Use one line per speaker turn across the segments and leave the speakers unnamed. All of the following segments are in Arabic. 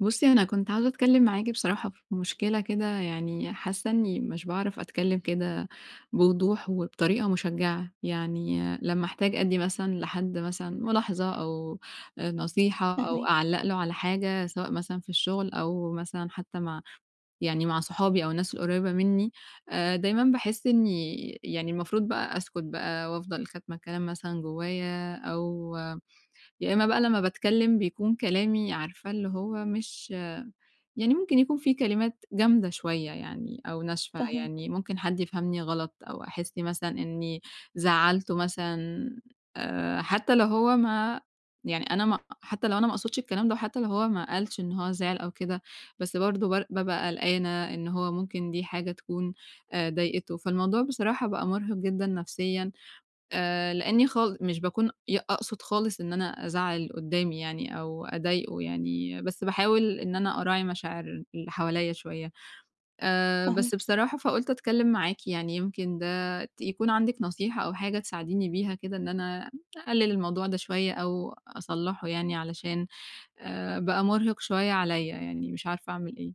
بُصّي، أنا كنت عاوزة أتكلّم معاكِ بصراحة في مشكلة كده، يعني حاسّة إنّي مش باعرف أتكلّم كده بوضوح وبطريقة مشجّعة، يعني لمّا أحتاج أدّي مثلًا لحد مثلًا ملاحظة أو نصيحة أو
فاهماكِ،
أعلّق له على حاجة سواء مثلًا في الشغل أو مثلًا حتّى مع يعني مع صحابي أو الناس القريّبة منّي. دايمًا باحس إنّي يعني المفروض بقى أسكت بقى وأفضل كاتمة الكلام مثلًا جوّايا، أو يا إمّا بقى لمّا باتكلّم بيكون كلامي عارفة اللي هو مش، يعني ممكن يكون في كلمات جامدة شوية يعني أو ناشفة،
فاهماكِ،
يعني ممكن حد يفهمني غلط أو أحس مثلًا إنّي زعّلته مثلًا. حتى لو هو ما، يعني أنا ما، حتى لو أنا ما أقصدش الكلام ده، وحتى لو هو ما قالش إن هو زعل أو كده، بس برضه بابقى قلقانة إن هو ممكن دي حاجة تكون ضايقته. فالموضوع بصراحة بقى مُرهق جدًا نفسيًا. لإني مش باكون أقصد خالص إن أنا أزعّل اللي قدّامي يعني أو أضايقه يعني، بس باحاول إن أنا أراعي مشاعر اللي حواليّا شوية.
فاهماكِ.
بس بصراحة فقُلت أتكلّم معاكِ يعني يمكن ده يكون عندِك نصيحة أو حاجة تساعديني بيها كده، إن أنا أقلِّل الموضوع ده شوية أو أصلّحه، يعني علشان بقى مُرهِق شوية عليّا، يعني مش عارفة أعمل إيه.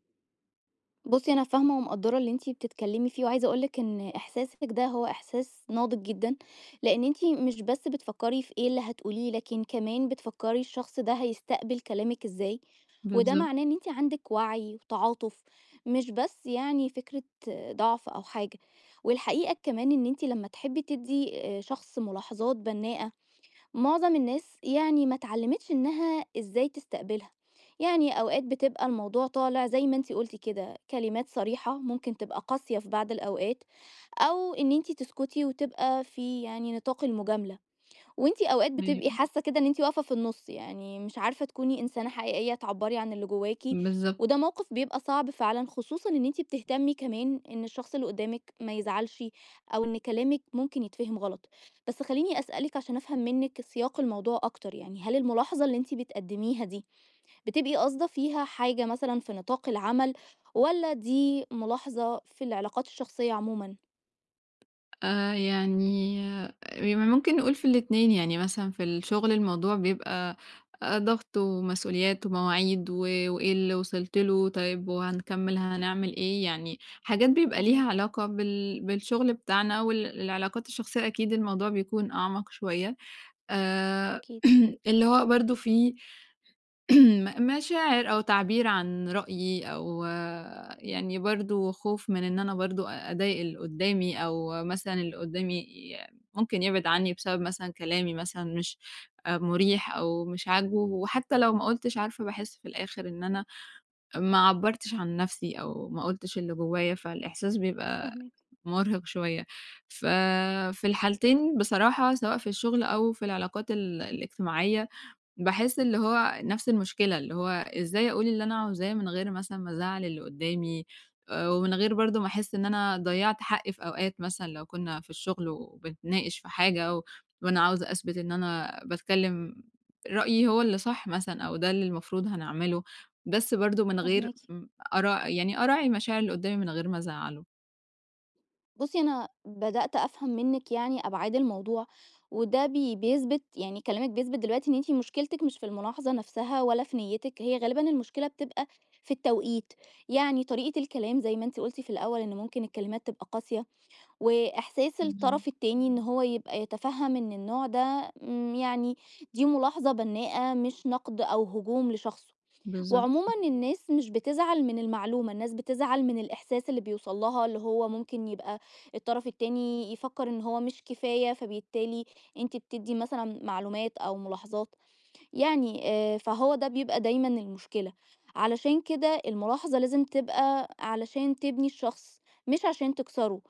بُصّي، أنا فاهمة ومقدّرة اللي أنتِ بتتكلّمي فيه، وعايزة أقول لِك إن إحساسِك ده هو إحساس ناضج جدًا، لإن أنتِ مش بس بتفكّري في إيه اللي هتقوليه، لكن كمان بتفكّري الشخص ده هيستقبل كلامِك إزاي، وده
بالضبط،
معناه إن أنتِ عندِك وعي وتعاطُف، مش بس يعني فكرة ضعف أو حاجة. والحقيقة كمان إن أنتِ لمّا تحبّي تدّي شخص ملاحظات بنّاءة معظم الناس يعني ما اتعلمتش انها ازاي تستقبلها يعني اوقات بتبقى الموضوع طالع زي ما انتي قلتي كده كلمات صريحة ممكن تبقى قاسية في بعض الاوقات او ان انتي تسكتي وتبقى في يعني نطاق المجاملة وأنتِ أوقات بتبقي
أيوه.
حاسة كده إن أنتِ واقفة في النُص، يعني مش عارفة تكوني إنسانة حقيقية تعبّري عن اللي جواكِ،
بالضبط.
وده موقِف بيبقى صعب فعلًا، خصوصًا إن أنتِ بتهتمي كمان إن الشخص اللي قدّامِك ما يزعلش أو إن كلامِك ممكن يتفهم غلط. بس خلّيني أسألِك عشان أفهم منِّك سياق الموضوع أكتر، يعني هل الملاحظة اللي أنتِ بتقدّميها دي بتبقي قاصدة فيها حاجة مثلًا في نطاق العمل والّا دي ملاحظة في العلاقات الشخصية عمومًا؟
يعني ممكن نقول في الاتنين، يعني مثلًا في الشغل الموضوع بيبقى ضغط ومسؤوليات ومواعيد وإيه اللي وصلت له، طيب وهنكمّل هنعمل إيه، يعني حاجات بيبقى
فاهماك،
ليها علاقة بالشغل بتاعنا العلاقات الشخصية أكيد الموضوع بيكون أعمق شوية. آآ
أكيد،
اللي هو برضه في م مشاعر أو تعبير عن رأيي أو آه، يعني برضه خوف من إن أنا برضه أضايق اللي قدّامي، أو مثلًا اللي قدّامي ممكن يبعد عني بسبب مثلًا كلامي مثلًا مش مُريح أو مش عاجبه، وحتى لو ما قُلتش عارفة باحس في الآخر إن أنا ما عبّرتش عن نَفْسي أو ما قُلتش اللي جوّايا، فالإحساس بيبقى
فاهماك،
مُرهق شوية. ففي الحالتين بصراحة سواء في الشغل أو في العلاقات الاجتماعية، باحس اللي هو نفس المشكلة، اللي هو إزاي أقول اللي أنا عاوزاه من غير مثلًا ما أزعّل اللي قدّامي، ومن غير برضه ما أحس إن أنا ضيّعت حقي في أوقات، مثلًا لو كنا في الشغل وبنتناقش في حاجة وأنا عاوزة أثبت إن أنا باتكلّم رأيي هو اللي صح مثلًا أو ده اللي المفروض هنعمله، بس برضه من غير
فاهماكِ.
م أرا يعني أراعي مشاعر اللي قدّامي من غير ما أزعّله.
بُصّي، أنا بدأت أفهم منِّك يعني أبعاد الموضوع، وده بيثبت يعني كلامِك بيثبت دلوقتي إن أنتِ مشكلتِك مش في الملاحظة نفسها ولا في نيتِك، هي غالبًا المشكلة بتبقى في التوقيت، يعني طريقة الكلام زي ما أنتِ قُلتِ في الأول إن ممكن الكلمات تبقى قاسية، وإحساس
بالضبط،
الطرف التاني إن هو يبقى يتفهم إن النوع ده يعني دي ملاحظة بنّاءة مش نقد أو هجوم لشخصه.
بالضبط.
وعمومًا الناس مش بتزعل من المعلومة، الناس بتزعل من الإحساس اللي بيوصل لها، اللي هو ممكن يبقى الطرف التاني يفكر إن هو مش كفاية، فبالتالي أنتِ بتدّي مثلًا معلومات أو ملاحظات. يعني فهو ده بيبقى دايمًا المشكلة، علشان كده الملاحظة لازم تبقى علشان تبني الشخص مش عشان تكسره،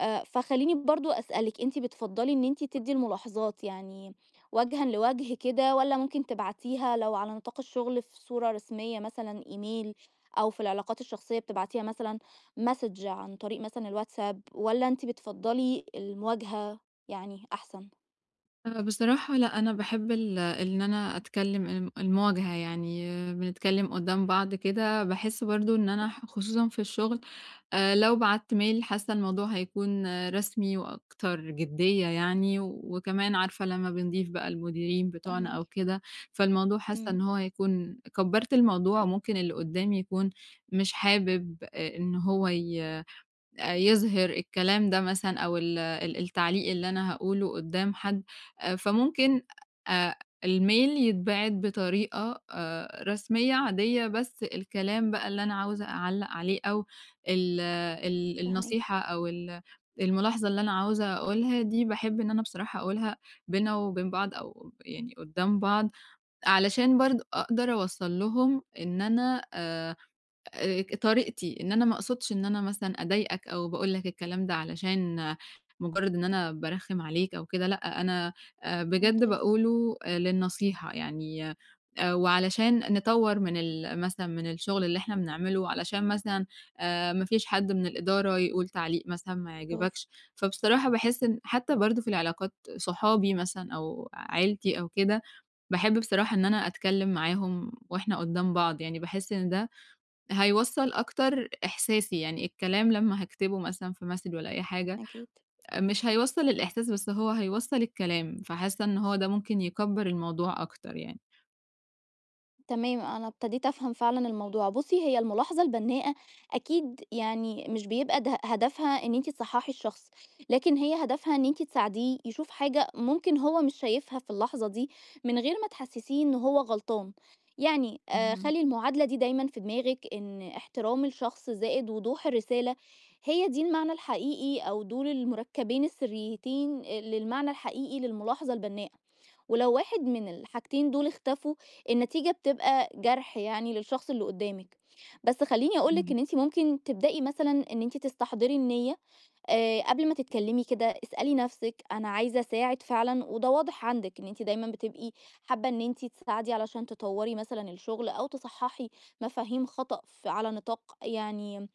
فخلّيني برضه أسألِك أنتِ بتفضّلي إن أنتِ تدّي الملاحظات يعني وجهًا لوجه كده والّا ممكن تبعتيها لو على نطاق الشغل في صورة رسمية مثلًا إيميل أو في العلاقات الشخصية بتبعتيها مثلًا message عن طريق مثلًا الواتساب والّا أنتِ بتفضّلي المواجهة يعني أحسن؟
بصراحة لأ، أنا باحب إن أنا أتكلّم المواجهة، يعني آه، بنتكلّم قدّام بعض كده، باحس برضه إن أنا خصوصًا في الشغل لو بعتّ mail حاسّة الموضوع هيكون آه، رسمي وأكتر جديّة يعني، وكمان عارفة لمّا بنضيف بقى المديرين بتوعنا
فاهماكِ،
أو كده، فالموضوع حاسّة
إمم،
إن هو هيكون كبّرت الموضوع، وممكن اللي قدّامي يكون مش حابب إن هو ي يظهر الكلام ده مثلًا، أو ال ال التعليق اللي أنا هاقوله قدّام حد. فممكن آآ الmail يتبعت بطريقة رسمية عادية، بس الكلام بقى اللي أنا عاوزة أعلّق عليه، أو ال ال
فاهماكِ،
النصيحة، أو الملاحظة اللي أنا عاوزة أقولها دي، باحب إن أنا بصراحة أقولها بيننا وبين بعض، أو يعني قدّام بعض، علشان برضه أقدر أوصّل لهم إن أنا طريقتي، إن أنا ما أقصدش إن أنا مثلًا أضايقك أو باقول لك الكلام ده علشان مجرد إن أنا بارخّم عليك أو كده. لأ، أنا بجد
ممتاز.
باقوله للنصيحة يعني، وعلشان نطوّر من ال مثلًا من الشغل اللي إحنا بنعمله، علشان مثلًا ما فيش حد من الإدارة يقول تعليق مثلًا ما
برافو،
يعجبكش. فبصراحة باحس إن حتى برضه في العلاقات صحابي مثلًا أو عيلتي أو كده، باحب بصراحة إن أنا أتكلّم معاهم وإحنا قدّام بعض، يعني باحس إن ده هيوصّل أكتر إحساسي، يعني الكلام لمّا هاكتبه مثلًا في message والّا أي حاجة،
أكيد.
مش هيوصّل الإحساس، بس هو هيوصّل الكلام، فحاسة إن هو ده ممكن يكبّر الموضوع أكتر يعني.
تمام، أنا ابتديت أفهم فعلًا الموضوع. بُصّي، هي الملاحظة البناءة أكيد يعني مش بيبقى ده هدفها إن أنتِ تصحّحي الشخص، لكن هي هدفها إن أنتِ تساعديه يشوف حاجة ممكن هو مش شايفها في اللحظة دي، من غير ما تحسّسيه إن هو غلطان. يعني
بالضبط،
خلّي المعادلة دي دايمًا في دماغِك، إن احترام الشخص زائد وضوح الرسالة، هي دي المعنى الحقيقي أو دول المركبين السريتين للمعنى الحقيقي للملاحظة البناءة. ولو واحد من الحاجتين دول اختفوا النتيجة بتبقى جرح يعني للشخص اللي قدامك بس خليني اقولك
فاهماكِ،
ان انت ممكن تبدأي مثلا ان انت تستحضري النية آه، قبل ما تتكلمي كده اسألي نفسك انا عايزة اساعد فعلا وده واضح عندك ان انت دايما بتبقي حابة ان انت تساعدي علشان تطوري مثلا الشغل او تصححي مفاهيم خطأ على نطاق يعني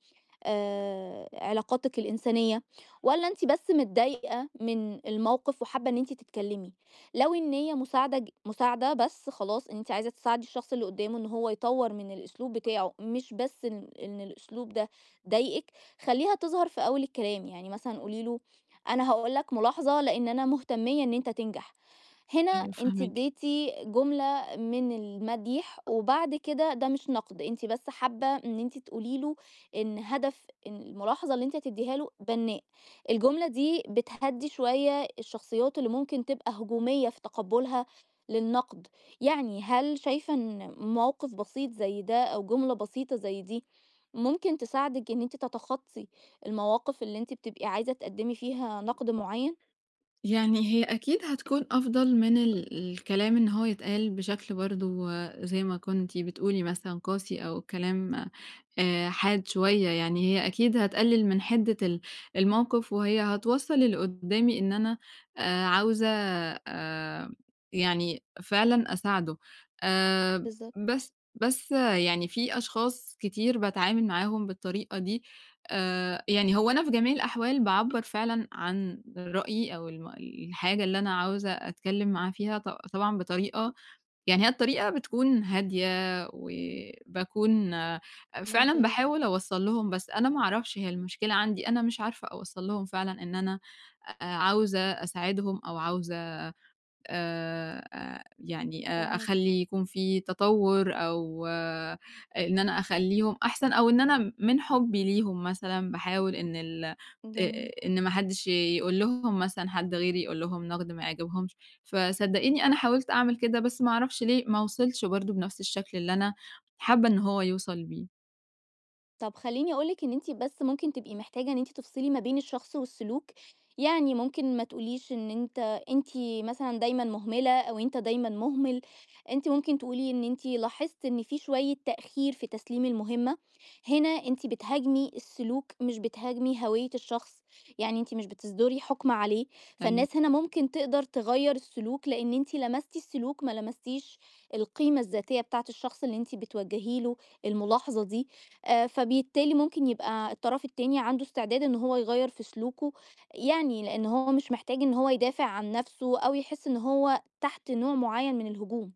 علاقاتِك الإنسانية، والّا أنتِ بس متضايقة من الموقف وحابة إن أنتِ تتكلمي. لو النية مساعدة مساعدة بس خلاص إن أنتِ عايزة تساعدي الشخص اللي قدّامه إن هو يطوّر من الأسلوب بتاعه، مش بس إن الأسلوب ده ضايقِك، خلّيها تظهر في أول الكلام، يعني مثلًا قولي له أنا هاقول لك ملاحظة لإن أنا مهتمية إن أنت تنجح. هنا
أيوه
أنتِ
فاهماكِ.
اديتِ جملة من المديح، وبعد كده ده مش نقد، أنتِ بس حابة إن أنتِ تقولي له إن هدف إن الملاحظة اللي أنت هتدّيها له بنّاء. الجملة دي بتهدّي شوية الشخصيات اللي ممكن تبقى هجومية في تقبُّلها للنقد. يعني هل شايفة إن موقف بسيط زي ده أو جملة بسيطة زي دي ممكن تساعدِك إن أنتِ تتخطّي المواقف اللي أنتِ بتبقي عايزة تقدّمي فيها نقد معيّن؟
يعني هي أكيد هتكون أفضل من الكلام إن هو يتقال بشكل برضه زي ما كنتِ بتقولي مثلًا قاسي، أو كلام حاد شوية، يعني هي أكيد هتقلل من حدة الموقف، وهي هتوصّل اللي قدّامي إن أنا عاوزة آآ يعني فعلًا أساعده. آآ
بالضبط،
بس يعني في أشخاص كتير باتعامل معاهم بالطريقة دي. يعني هو أنا في جميع الأحوال باعبّر فعلًا عن رأيي، أو الحاجة اللي أنا عاوزة أتكلّم معاه فيها، طبعًا بطريقة يعني هي الطريقة بتكون هادية، وباكون فعلًا
ممتاز،
باحاول أوصّل لهم، بس أنا ما أعرفش هي المشكلة عندي، أنا مش عارفة أوصّل لهم فعلًا إن أنا عاوزة أساعدهم، أو عاوزة يعني
فاهماكِ،
أخلّي يكون في تطوُّر، أو إن أنا أخلّيهم أحسن، أو إن أنا من حُبّي ليهم مثلًا باحاول
جميل.
إن ما حدّش يقول لهم مثلًا، حد غيري يقول لهم نَقْد ما يعجبهمش. فصدّقيني أنا حاولت أعمل كده بس ما أعرفش ليه ما وصلش برضه بنَفْس الشكل اللي أنا حابّة إن هو يوصل بيه.
طب خلّيني أقول لِك إن أنتِ بس ممكن تبقي محتاجة إن أنتِ تفصلي ما بين الشخص والسلوك، يعني ممكن ما تقوليش إن أنت أنتِ مثلًا دايمًا مهملة أو أنت دايمًا مهمل، أنتِ ممكن تقولي إن أنتِ لاحظتِ إن في شوية تأخير في تسليم المهمة، هنا أنتِ بتهاجمي السلوك مش بتهاجمي هوية الشخص، يعني أنتِ مش بتصدري حكم عليه،
أيوه،
فالناس هنا ممكن تقدر تغيّر السلوك لإن أنتِ لمستِ السلوك ما لمستيش القيمة الذاتية بتاعة الشخص اللي أنتِ بتوجّهي له الملاحظة دي، فبالتالي ممكن يبقى الطرف التاني عنده استعداد إن هو يغيّر في سلوكه، يعني لإن هو مش محتاج إن هو يدافع عن نَفْسه أو يحس إن هو تحت نوع معيّن من الهجوم.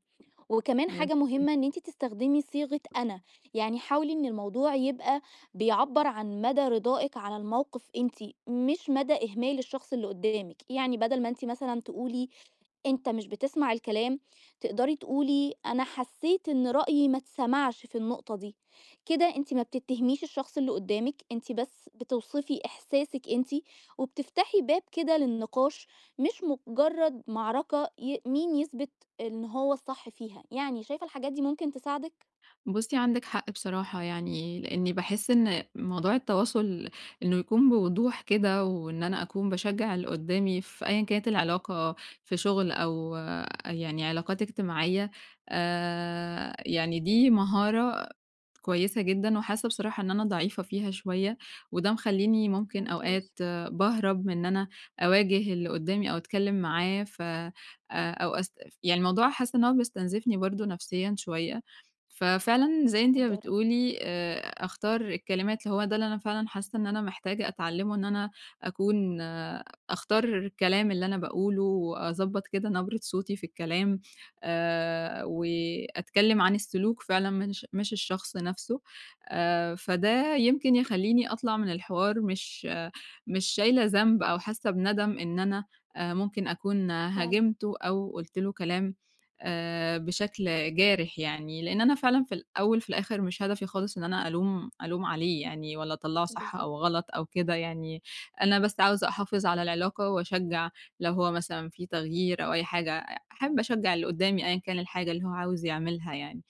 وكمان حاجة
أيوه.
مهمة إن أنتِ تستخدمي صيغة أنا، يعني حاولي إن الموضوع يبقى بيعبّر عن مدى رضائِك على الموقف أنتِ، مش مدى إهمال الشخص اللي قدّامِك. يعني بدل ما أنتِ مثلًا تقولي أنت مش بتسمع الكلام، تقدري تقولي أنا حسيت إن رأيي ما اتسمعش في النقطة دي، كده أنتِ ما بتتهميش الشخص اللي قدامِك، أنتِ بس بتوصفي إحساسِك أنتِ، وبتفتحي باب كده للنقاش، مش مجرد معركة مين يثبت إن هو الصح فيها، يعني شايفة الحاجات دي ممكن تساعدِك؟
بُصّي، عندِك حق بصراحة يعني، لإني باحس إن موضوع التواصل إنه يكون بوضوح كده، وإن أنا أكون باشجّع اللي قدّامي في أيًا كانت العلاقة، في شغل أو آه، يعني علاقات اجتماعية، يعني دي مهارة كويسة جدًا، وحاسة بصراحة إن أنا ضعيفة فيها شوية، وده مخلّيني ممكن أوقات
ممتاز،
باهرب من إن أنا أواجه اللي قدّامي، أو أتكلّم معاه ف أو يعني الموضوع حاسة إن هو بيستنزفني برضه نفسيًا شوية. ففعلًا زي أنتِ ما
مقدّرة،
بتقولي أختار الكلمات، اللي هو ده اللي أنا فعلًا حاسة إن أنا محتاجة أتعلّمه، إن أنا أكون آه، أختار الكلام اللي أنا باقوله وأضبّط كده نبرة صوتي في الكلام. وأتكلّم عن السلوك فعلًا، مش الشخص نَفْسه. فده يمكن يخلّيني أطلع من الحوار مش آه، مش شايلة ذنب، أو حاسّة بندم إن أنا ممكن أكون
فعلًا،
هاجمته، أو قُلت له كلام بشكل جارح يعني، لإن أنا فعلًا في الأول في الآخِر مش هدفي خالص إن أنا ألوم عليه يعني، والّا أطلّعه صح أو
بالضبط،
غلط أو كده يعني. أنا بس عاوزة أحافظ على العلاقة، وأشجّع لو هو مثلًا في تغيير أو أي حاجة، أحب أشجّع اللي قدّامي أيًا كان الحاجة اللي هو عاوز يعملها يعني.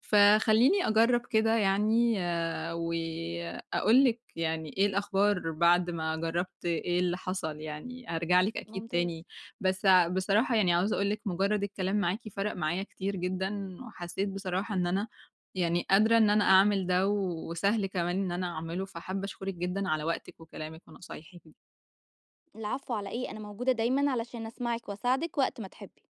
فخلّيني أجرّب كده يعني آه، وأقول لِك يعني إيه الأخبار بعد ما جرّبت إيه اللي حصل يعني، هارجع لِك أكيد
ممتاز،
تاني. بصراحة يعني عاوزة أقول لِك مجرّد الكلام معاكِ فرَق معايا كتير جدًا، وحسّيت بصراحة إن أنا يعني قادرة إن أنا أعمل ده، وسهل كمان إن أنا أعمله، فحابة أشكرِك جدًا على وقتِك وكلامِك ونصايحِك.
العفو على إيه، أنا موجودة دايمًا علشان أسمعِك وأساعدِك وقت ما تحبي.